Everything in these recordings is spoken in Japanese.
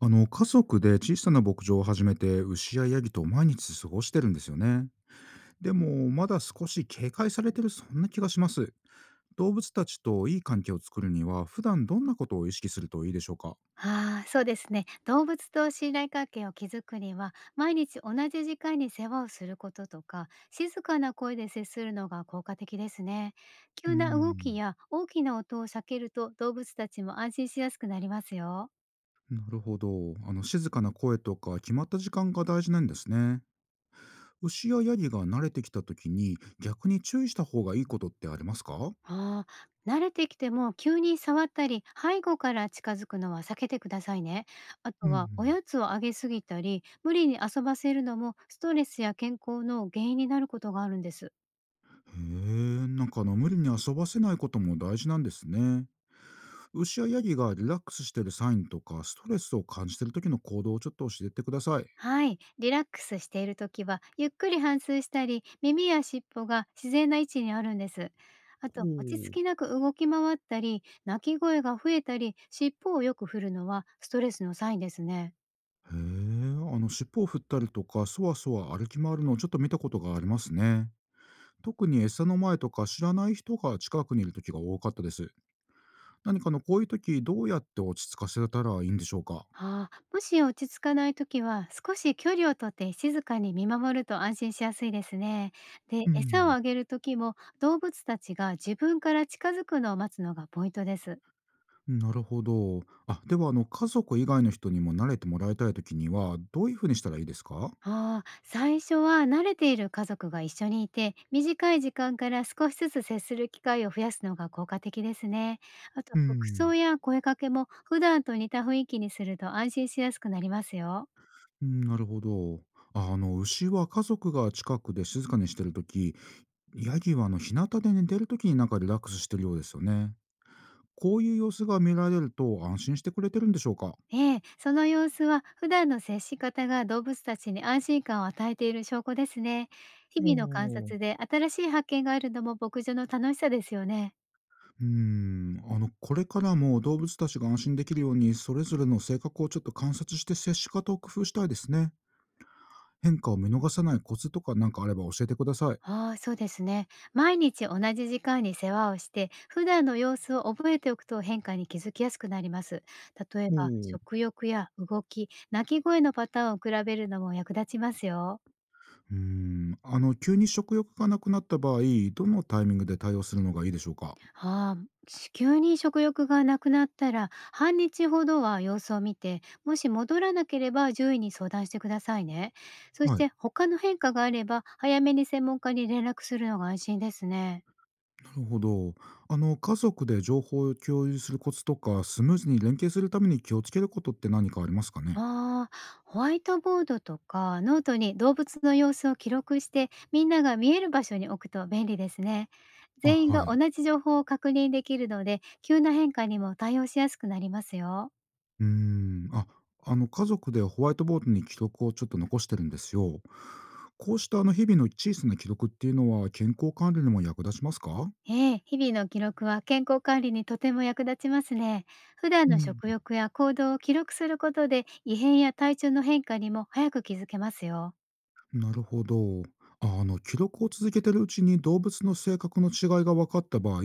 家族で小さな牧場を始めて牛やヤギと毎日過ごしてるんですよね。でもまだ少し警戒されてる、そんな気がします。動物たちといい関係を作るには、普段どんなことを意識するといいでしょうか？ああ、そうですね。動物と信頼関係を築くには、毎日同じ時間に世話をすることとか、静かな声で接するのが効果的ですね。うー急な動きん、や大きな音を避けると、動物たちも安心しやすくなりますよ。なるほど。静かな声とか決まった時間が大事なんですね。牛やヤギが慣れてきた時に、逆に注意した方がいいことってありますか？ああ、慣れてきても急に触ったり、背後から近づくのは避けてくださいね。あとうは、おん、やつをあげすぎたり、無理に遊ばせるのも、ストレスや健康の原因になることがあるんです。へえ、なんか無理に遊ばせないことも大事なんですね。牛やヤギがリラックスしているサインとか、ストレスを感じている時の行動をちょっと教えてください。はい、リラックスしている時はゆっくり反芻したり耳や尻尾が自然な位置にあるんです。あおおと落ち着ー。きなく動き回ったり鳴き声が増えたり尻尾をよく振るのはストレスのサインですね。へえ、あの、尻尾を振ったりとか、そわそわ歩き回るのをちょっと見たことがありますね。特に餌の前とか、知らない人が近くにいる時が多かったです。何かのこういう時、どうやって落ち着かせたらいいんでしょうか？ああ、もし落ち着かない時は少し距離をとって静かに見守ると安心しやすいですね。でう餌をん。あげる時も動物たちが自分から近づくのを待つのがポイントです。なるほど。あ、では家族以外の人にも慣れてもらいたい時にはどういうふうにしたらいいですか？ああ、最初は慣れている家族が一緒にいて、短い時間から少しずつ接する機会を増やすのが効果的ですね。あと、う服装ん。や声かけも普段と似た雰囲気にすると安心しやすくなりますよ。うん、なるほど。あ、牛は家族が近くで静かにしてるとき、ヤギはあの、日向で寝てるときになんかリラックスしてるようですよね。こういう様子が見られると、安心してくれてるんでしょうか？ええ、その様子は普段の接し方が動物たちに安心感を与えている証拠ですね。日お々の観お察ー。で新しい発見があるのも牧場の楽しさですよね。うーん、あの、これからも動物たちが安心できるように、それぞれの性格をちょっと観察して接し方を工夫したいですね。変化を見逃さないコツとかなんかあれば教えてください。ああ、そうですね。毎日同じ時間に世話をして、普段の様子を覚えておくと変化に気づきやすくなります。例えおば、お。食う欲や動き、鳴き声のパターンを比べるのも役立ちますよ。ーん、あの、急に食欲がなくなった場合、どのタイミングで対応するのがいいでしょうか？ああ、急に食欲がなくなったら、半日ほどは様子を見て、もし戻らなければ獣医に相談してくださいね。そしはい。て、他の変化があれば、早めに専門家に連絡するのが安心ですね。なるほど。あの、家族で情報を共有するコツとか、スムーズに連携するために気をつけることって何かありますかね？ああ、ホワイトボードとかノートに動物の様子を記録してみんなが見える場所に置くと便利ですね。あ、全員はが同い。じ情報を確認できるので急な変化にも対応しやすくなりますよ。うーん、あ、あの、家族でホワイトボードに記録をちょっと残してるんですよ。こうしたあの日々の小さな記録っていうのは健康管理にも役立ちますか？ええ、日々の記録は健康管理にとても役立ちますね。普段うのん。食欲や行動を記録することで異変や体調の変化にも早く気づけますよ。なるほど。あ、記録を続けてるうちに動物の性格の違いが分かった場合、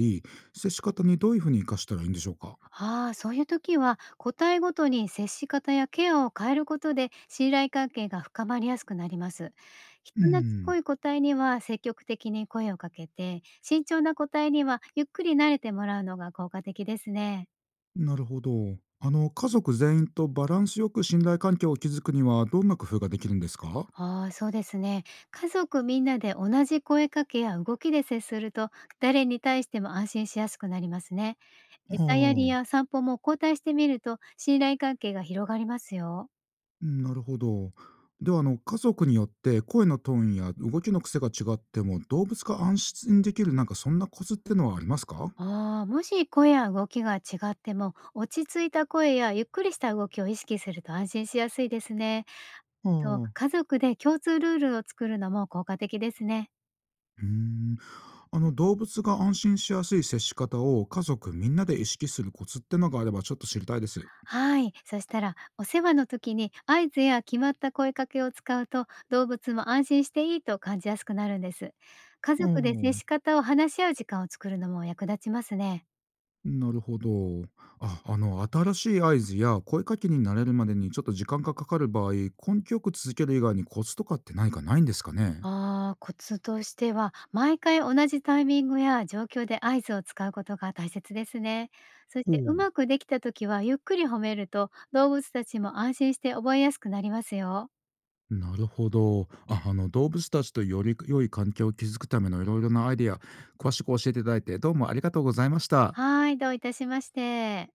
接し方にどういうふうに活かしたらいいんでしょうか？ああ、そういう時は個体ごとに接し方やケアを変えることで信頼関係が深まりやすくなります。人う懐っこん。い個体には積極的に声をかけて、慎重な個体にはゆっくり慣れてもらうのが効果的ですね。なるほど。あの、家族全員とバランスよく信頼関係を築くにはどんな工夫ができるんですか？ああ、そうですね。家族みんなで同じ声かけや動きで接すると、誰に対しても安心しやすくなりますね。あ餌やりあ、や散歩も交代してみると信頼関係が広がりますよ。なるほど。では、あの、家族によって声のトーンや動きの癖が違っても動物が安心できる、なんかそんなコツってのはありますか？ああ、もし声や動きが違っても、落ち着いた声やゆっくりした動きを意識すると安心しやすいですね。あと、あ。家族で共通ルールを作るのも効果的ですね。うーん、あの動物が安心しやすい接し方を家族みんなで意識するコツってのがあれば、ちょっと知りたいです。はい。そしたら、お世話の時に合図や決まった声かけを使うと、動物も安心していいと感じやすくなるんです。家族で接しああ、方を話し合う時間を作るのも役立ちますね。なるほど。あ、あの、新しい合図や声かけに慣れるまでにちょっと時間がかかる場合、根気よく続ける以外にコツとかって何かないんですかね？ああ、コツとしては、毎回同じタイミングや状況で合図を使うことが大切ですね。そしほてうう、まくできた時はゆっくり褒めると、動物たちも安心して覚えやすくなりますよ。なるほど。あ、あの、動物たちとより良い環境を築くためのいろいろなアイディア、詳しく教えていただいて、どうもありがとうございました。はい、どういたしまして。